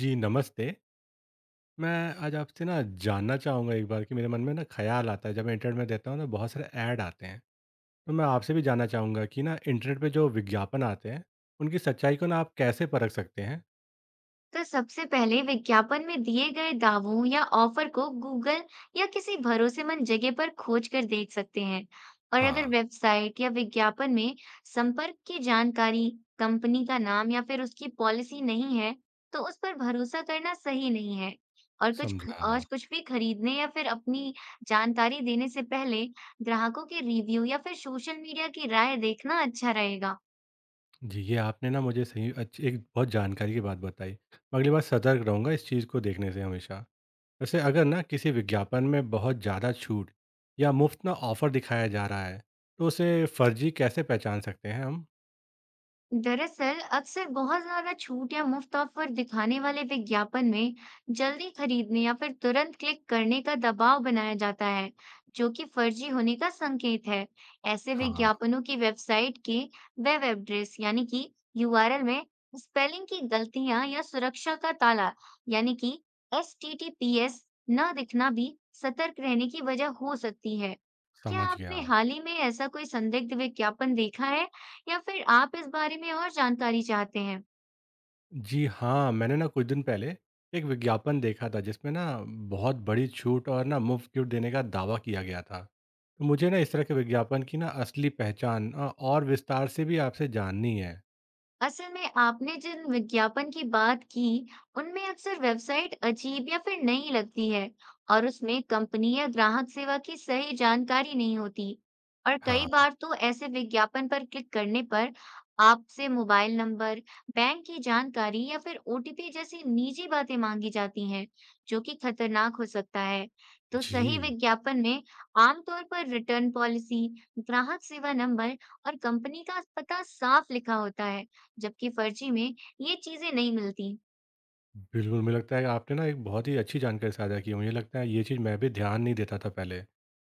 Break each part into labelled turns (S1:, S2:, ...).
S1: जी नमस्ते। मैं आज आपसे ना जानना चाहूँगा एक बार कि मेरे मन में ना ख़्याल आता है जब मैं इंटरनेट में देखता हूँ ना बहुत सारे ऐड आते हैं। तो मैं आपसे भी जानना चाहूँगा कि ना इंटरनेट पे जो विज्ञापन आते हैं उनकी सच्चाई को ना आप कैसे परख सकते हैं?
S2: तो सबसे पहले विज्ञापन में दिए गए दावों या ऑफर को गूगल या किसी भरोसेमंद जगह पर खोज कर देख सकते हैं। और अगर
S1: हाँ,
S2: वेबसाइट या विज्ञापन में संपर्क की जानकारी, कंपनी का नाम या फिर उसकी पॉलिसी नहीं है, तो उस पर भरोसा करना सही नहीं है। और और
S1: समझा।
S2: कुछ भी खरीदने या फिर अपनी जानकारी देने से पहले ग्राहकों के रिव्यू या फिर सोशल मीडिया की राय देखना अच्छा रहेगा।
S1: जी, ये आपने ना मुझे सही अच्छी एक बहुत जानकारी की बात बताई। मैं अगली बार सतर्क रहूँगा इस चीज़ को देखने से हमेशा। वैसे अगर ना किसी विज्ञापन में बहुत ज़्यादा छूट या मुफ़्त ना ऑफ़र दिखाया जा रहा है तो उसे फ़र्ज़ी कैसे पहचान सकते हैं हम?
S2: दरअसल अक्सर बहुत ज्यादा छूट या मुफ्त ऑफर दिखाने वाले विज्ञापन में जल्दी खरीदने या फिर तुरंत क्लिक करने का दबाव बनाया जाता है, जो कि फर्जी होने का संकेत है। ऐसे
S1: हाँ।
S2: विज्ञापनों की वेबसाइट के वेब एड्रेस यानी कि URL में स्पेलिंग की गलतियां या सुरक्षा का ताला यानी कि HTTPS न दिखना भी सतर्क रहने की वजह हो सकती है। क्या
S1: समझ गया।
S2: आपने हाल ही में ऐसा कोई संदिग्ध विज्ञापन देखा है? या फिर आप इस बारे में और जानकारी चाहते हैं?
S1: जी हाँ, मैंने ना कुछ दिन पहले एक विज्ञापन देखा था जिसमें ना बहुत बड़ी छूट और ना मुफ्त गिफ्ट देने का दावा किया गया था। तो मुझे ना इस तरह के विज्ञापन की ना असली पहचान और विस्तार से भी आपसे जाननी है।
S2: असल में आपने जिन विज्ञापन की बात की, उनमें अक्सर वेबसाइट अजीब या फिर नई लगती है और उसमें कंपनी या ग्राहक सेवा की सही जानकारी नहीं होती। और कई
S1: हाँ,
S2: बार तो ऐसे विज्ञापन पर क्लिक करने पर आपसे मोबाइल नंबर, बैंक की जानकारी या फिर OTP जैसी निजी बातें मांगी जाती हैं, जो कि खतरनाक हो सकता है। तो सही
S1: जी।
S2: विज्ञापन में आमतौर पर रिटर्न पॉलिसी, ग्राहक सेवा नंबर और कंपनी का पता साफ लिखा होता है। जबकि फर्जी में ये चीजें नहीं मिलती।
S1: बिल्कुल, मुझे लगता है कि आपने ना एक बहुत ही अच्छी जानकारी साझा की है। मुझे लगता है ये चीज़ मैं भी ध्यान नहीं देता था पहले।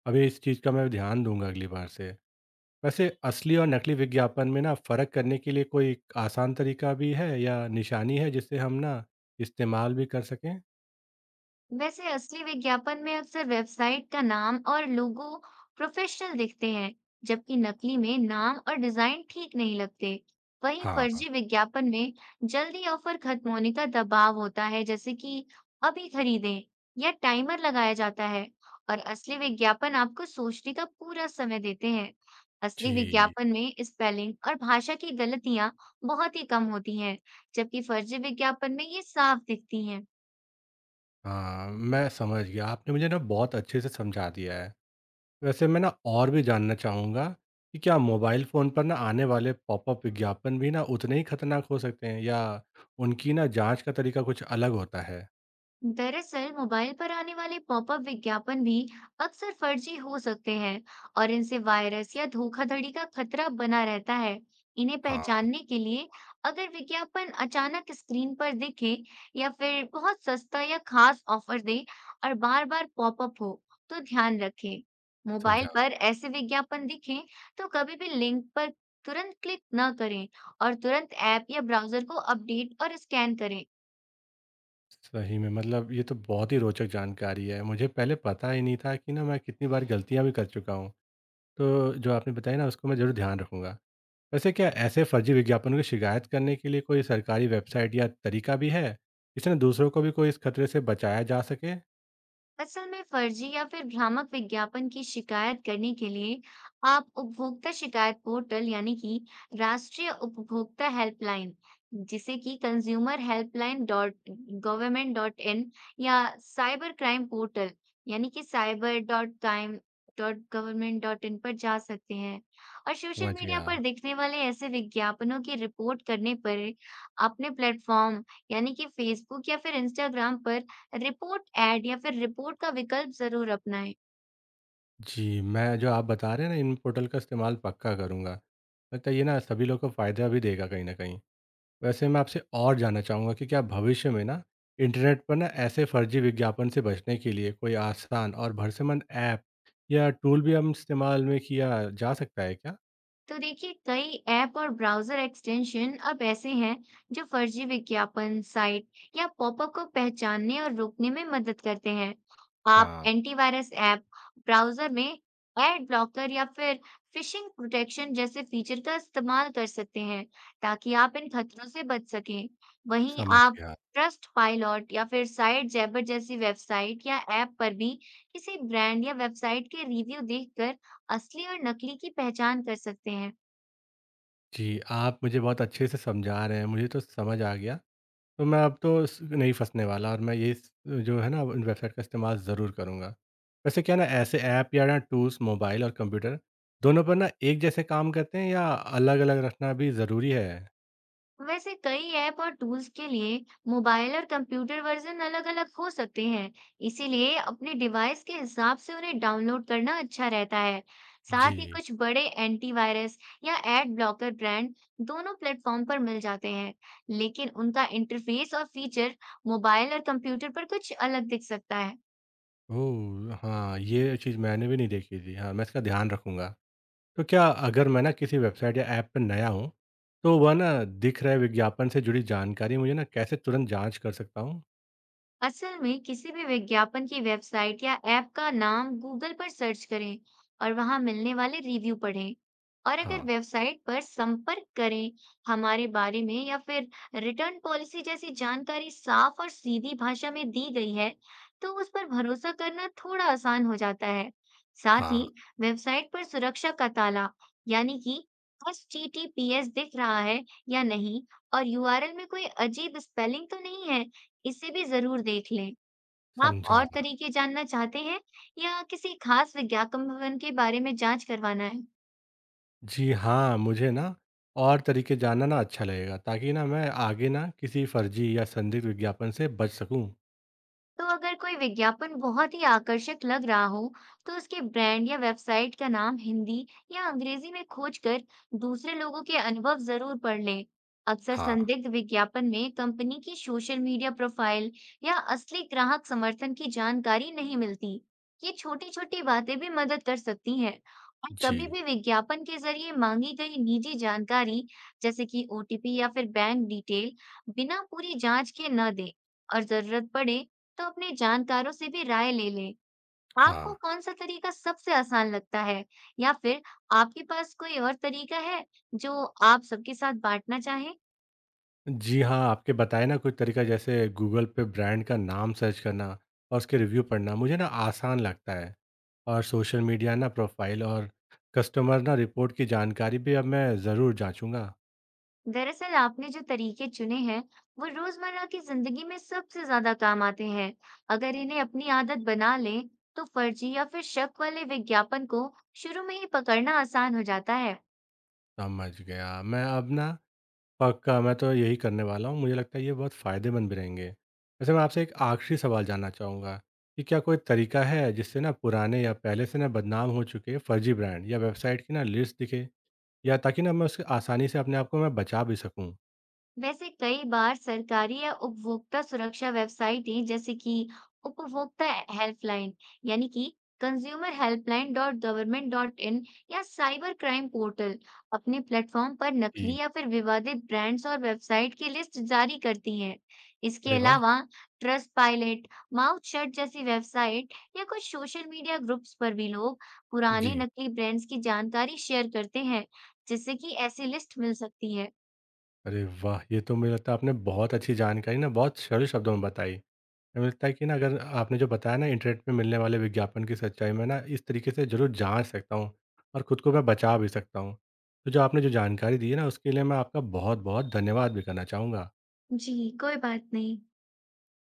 S1: अभी इस चीज़ का मैं ध्यान दूँगा अगली बार से। वैसे असली और नकली विज्ञापन में ना फ़र्क करने के लिए कोई आसान तरीका भी है या निशानी है जिससे हम ना इस्तेमाल भी कर सकें?
S2: वैसे असली विज्ञापन में अक्सर वेबसाइट का नाम और लोगो प्रोफेशनल दिखते हैं, जबकि नकली में नाम और डिजाइन ठीक नहीं लगते। वहीं
S1: हाँ
S2: फर्जी विज्ञापन में जल्दी ऑफर खत्म होने का दबाव होता है, जैसे कि अभी खरीदें या टाइमर लगाया जाता है, और असली विज्ञापन आपको सोचने का पूरा समय देते हैं। असली
S1: जी,
S2: विज्ञापन में स्पेलिंग और भाषा की गलतियां बहुत ही कम होती हैं, जबकि फर्जी विज्ञापन में ये साफ दिखती हैं।
S1: हाँ, मैं समझ गया। आपने मुझे ना बहुत अच्छे से समझा दिया है। वैसे मैं ना और भी जानना चाहूँगा कि क्या मोबाइल फ़ोन पर ना आने वाले पॉपअप विज्ञापन भी ना उतने ही खतरनाक हो सकते हैं या उनकी ना जांच का तरीका कुछ अलग होता है?
S2: दरअसल मोबाइल पर आने वाले पॉपअप विज्ञापन भी अक्सर फर्जी हो सकते हैं और इनसे वायरस या धोखाधड़ी का खतरा बना रहता है। इन्हें
S1: हाँ,
S2: पहचानने के लिए अगर विज्ञापन अचानक स्क्रीन पर दिखे या फिर बहुत सस्ता या खास ऑफर दे और बार-बार पॉपअप हो, तो ध्यान रखें। मोबाइल
S1: समझा।
S2: पर ऐसे विज्ञापन दिखें तो कभी भी लिंक पर तुरंत क्लिक न करें और तुरंत ऐप या ब्राउजर को अपडेट और स्कैन करें।
S1: सही में मतलब ये तो बहुत ही रोचक जानकारी है। मुझे पहले पता ही नहीं था कि ना मैं कितनी बार गलतियाँ भी कर चुका हूँ। तो जो आपने बताया ना उसको मैं ज़रूर ध्यान रखूँगा। वैसे क्या ऐसे फर्जी विज्ञापनों की शिकायत करने के लिए कोई सरकारी वेबसाइट या तरीका भी है, जिससे ना दूसरों को भी कोई इस खतरे से बचाया जा सके?
S2: असल में फर्जी या फिर भ्रामक विज्ञापन की शिकायत करने के लिए आप उपभोक्ता शिकायत पोर्टल यानी कि राष्ट्रीय उपभोक्ता हेल्पलाइन, जिसे कि consumer helpline dot government dot in, या साइबर क्राइम पोर्टल यानी कि cyber dot crime dot government dot in पर जा सकते हैं। और सोशल
S1: समझ
S2: मीडिया
S1: गया।
S2: पर दिखने वाले ऐसे विज्ञापनों की रिपोर्ट करने पर अपने प्लेटफॉर्म यानी कि फेसबुक या फिर इंस्टाग्राम पर रिपोर्ट ऐड या फिर रिपोर्ट का विकल्प ज़रूर अपनाएँ।
S1: जी, मैं जो आप बता रहे हैं ना इन पोर्टल का इस्तेमाल पक्का करूँगा। लगता है ये ना सभी लोग को फ़ायदा भी देगा कहीं न कहीं। वैसे मैं आपसे और जानना चाहूँगा कि क्या भविष्य में ना इंटरनेट पर ना ऐसे फर्जी विज्ञापन से बचने के लिए कोई आसान और भरोसेमंद ऐप या टूल भी हम इस्तेमाल में किया जा सकता है क्या?
S2: तो देखिए, कई ऐप और ब्राउजर एक्सटेंशन अब ऐसे हैं जो फर्जी विज्ञापन साइट या पॉपअप को पहचानने और रोकने में मदद करते हैं। आप
S1: हाँ,
S2: एंटीवायरस ऐप, ब्राउजर में एड ब्लॉकर या फिर फिशिंग प्रोटेक्शन जैसे फीचर का इस्तेमाल कर सकते हैं, ताकि आप इन खतरों से बच सकें। वहीं
S1: समझ
S2: आप
S1: गया।
S2: ट्रस्ट पायलट या फिर साइट जैबर जैसी वेबसाइट या ऐप पर भी किसी ब्रांड या वेबसाइट के रिव्यू देखकर असली और नकली की पहचान कर सकते हैं।
S1: जी, आप मुझे बहुत अच्छे से समझा रहे हैं, मुझे तो समझ आ गया। तो मैं अब तो स नहीं फँसने वाला और मैं ये स जो है ना इन वेबसाइट का इस्तेमाल ज़रूर करूँगा। वैसे क्या ना ऐसे ऐप या ना टूल्स मोबाइल और कंप्यूटर दोनों पर ना एक जैसे काम करते हैं या अलग-अलग रखना भी ज़रूरी है?
S2: वैसे कई ऐप और टूल्स के लिए मोबाइल और कंप्यूटर वर्जन अलग-अलग हो सकते हैं, इसीलिए अपने डिवाइस के हिसाब से उन्हें डाउनलोड करना अच्छा रहता है। साथ ही
S1: जी।
S2: कुछ बड़े एंटीवायरस या एड ब्लॉकर ब्रांड दोनों प्लेटफॉर्म पर मिल जाते हैं, लेकिन उनका इंटरफेस और फीचर मोबाइल और कंप्यूटर पर कुछ अलग दिख सकता है।
S1: ओह! हाँ, ये चीज़ मैंने भी नहीं देखी थी। हाँ, मैं इसका ध्यान रखूँगा। तो क्या अगर मैं ना किसी वेबसाइट या ऐप पर नया हूँ, तो वह ना दिख रहे विज्ञापन से जुड़ी जानकारी मुझे ना कैसे तुरंत जाँच कर सकता हूँ?
S2: असल में किसी भी विज्ञापन की वेबसाइट या ऐप का नाम गूगल पर सर्च करें और वहां मिलने वाले रिव्यू पढ़ें। और अगर
S1: हाँ,
S2: वेबसाइट पर संपर्क करें, हमारे बारे में या फिर रिटर्न पॉलिसी जैसी जानकारी साफ और सीधी भाषा में दी गई है, तो उस पर भरोसा करना थोड़ा आसान हो जाता है। साथ ही
S1: हाँ,
S2: वेबसाइट पर सुरक्षा का ताला यानी कि https दिख रहा है या नहीं और URL में कोई अजीब स्पेलिंग तो नहीं है, इसे भी ज़रूर देख लें। आप
S1: समझा।
S2: और तरीके जानना चाहते हैं या किसी खास विज्ञापन भवन के बारे में जाँच करवाना है?
S1: जी हाँ, मुझे ना और तरीके जानना ना अच्छा लगेगा ताकि ना मैं आगे ना किसी फर्जी या संदिग्ध विज्ञापन से बच सकूँ।
S2: तो अगर कोई विज्ञापन बहुत ही आकर्षक लग रहा हो, तो उसके ब्रांड या वेबसाइट का नाम हिंदी या अंग्रेजी में खोजकर दूसरे लोगों के अनुभव जरूर पढ़ लें। अक्सर
S1: हाँ,
S2: संदिग्ध विज्ञापन में कंपनी की सोशल मीडिया प्रोफाइल या असली ग्राहक समर्थन की जानकारी नहीं मिलती। ये छोटी-छोटी बातें भी मदद कर सकती हैं। और कभी
S1: जी,
S2: भी विज्ञापन के जरिए मांगी गई निजी जानकारी, जैसे कि OTP या फिर बैंक डिटेल, बिना पूरी जांच के न दें, और जरूरत पड़े तो अपने जानकारों से भी राय ले लें। आपको
S1: हाँ।
S2: कौन सा तरीका सबसे आसान लगता है, या फिर आपके पास कोई और तरीका है जो आप सबके साथ बांटना चाहें?
S1: जी हाँ, आपके बताए ना कुछ तरीका जैसे गूगल पे ब्रांड का नाम सर्च करना और उसके रिव्यू पढ़ना मुझे ना आसान लगता है, और सोशल मीडिया ना प्रोफाइल और कस्टमर ना रिपोर्ट की जानकारी भी अब मैं ज़रूर जांचूंगा।
S2: दरअसल आपने जो तरीके चुने हैं, वो रोजमर्रा की जिंदगी में सबसे ज्यादा काम आते हैं। अगर इन्हें अपनी आदत बना लें, तो फर्जी या फिर शक वाले विज्ञापन को शुरू में ही पकड़ना आसान हो जाता है।
S1: समझ गया। मैं अब ना पक्का मैं तो यही करने वाला हूँ। मुझे लगता है ये बहुत फ़ायदेमंद भी रहेंगे। वैसे मैं आपसे एक आखिरी सवाल जानना चाहूँगा कि क्या कोई तरीका है जिससे ना पुराने या पहले से ना बदनाम हो चुके फर्जी ब्रांड या वेबसाइट की ना लिस्ट दिखे, या ताकि ना मैं उससे आसानी से अपने आप को मैं बचा भी सकूँ।
S2: वैसे कई बार सरकारी या उपभोक्ता सुरक्षा वेबसाइटें, जैसे कि उपभोक्ता हेल्पलाइन यानी कि consumer helpline dot government dot in या साइबर क्राइम पोर्टल, अपने प्लेटफॉर्म पर नकली
S1: जी।
S2: या फिर विवादित ब्रांड्स और वेबसाइट की लिस्ट जारी करती हैं। इसके
S1: अरे वाह!
S2: अलावा ट्रस्ट पायलट, माउथ शट जैसी वेबसाइट या कुछ सोशल मीडिया ग्रुप्स पर भी लोग पुराने
S1: जी।
S2: नकली ब्रांड्स की जानकारी शेयर करते हैं, जिससे कि ऐसी लिस्ट मिल सकती है।
S1: अरे वाह! ये तो मुझे लगता है आपने बहुत अच्छी जानकारी ना बहुत सरल शब्दों में बताई। मुझे लगता है कि ना अगर आपने जो बताया ना इंटरनेट पे मिलने वाले विज्ञापन की सच्चाई में ना इस तरीके से ज़रूर जाँच सकता हूँ और खुद को मैं बचा भी सकता हूँ। तो जो आपने जो जानकारी दी है ना उसके लिए मैं आपका बहुत-बहुत धन्यवाद भी करना चाहूँगा।
S2: जी, कोई बात नहीं।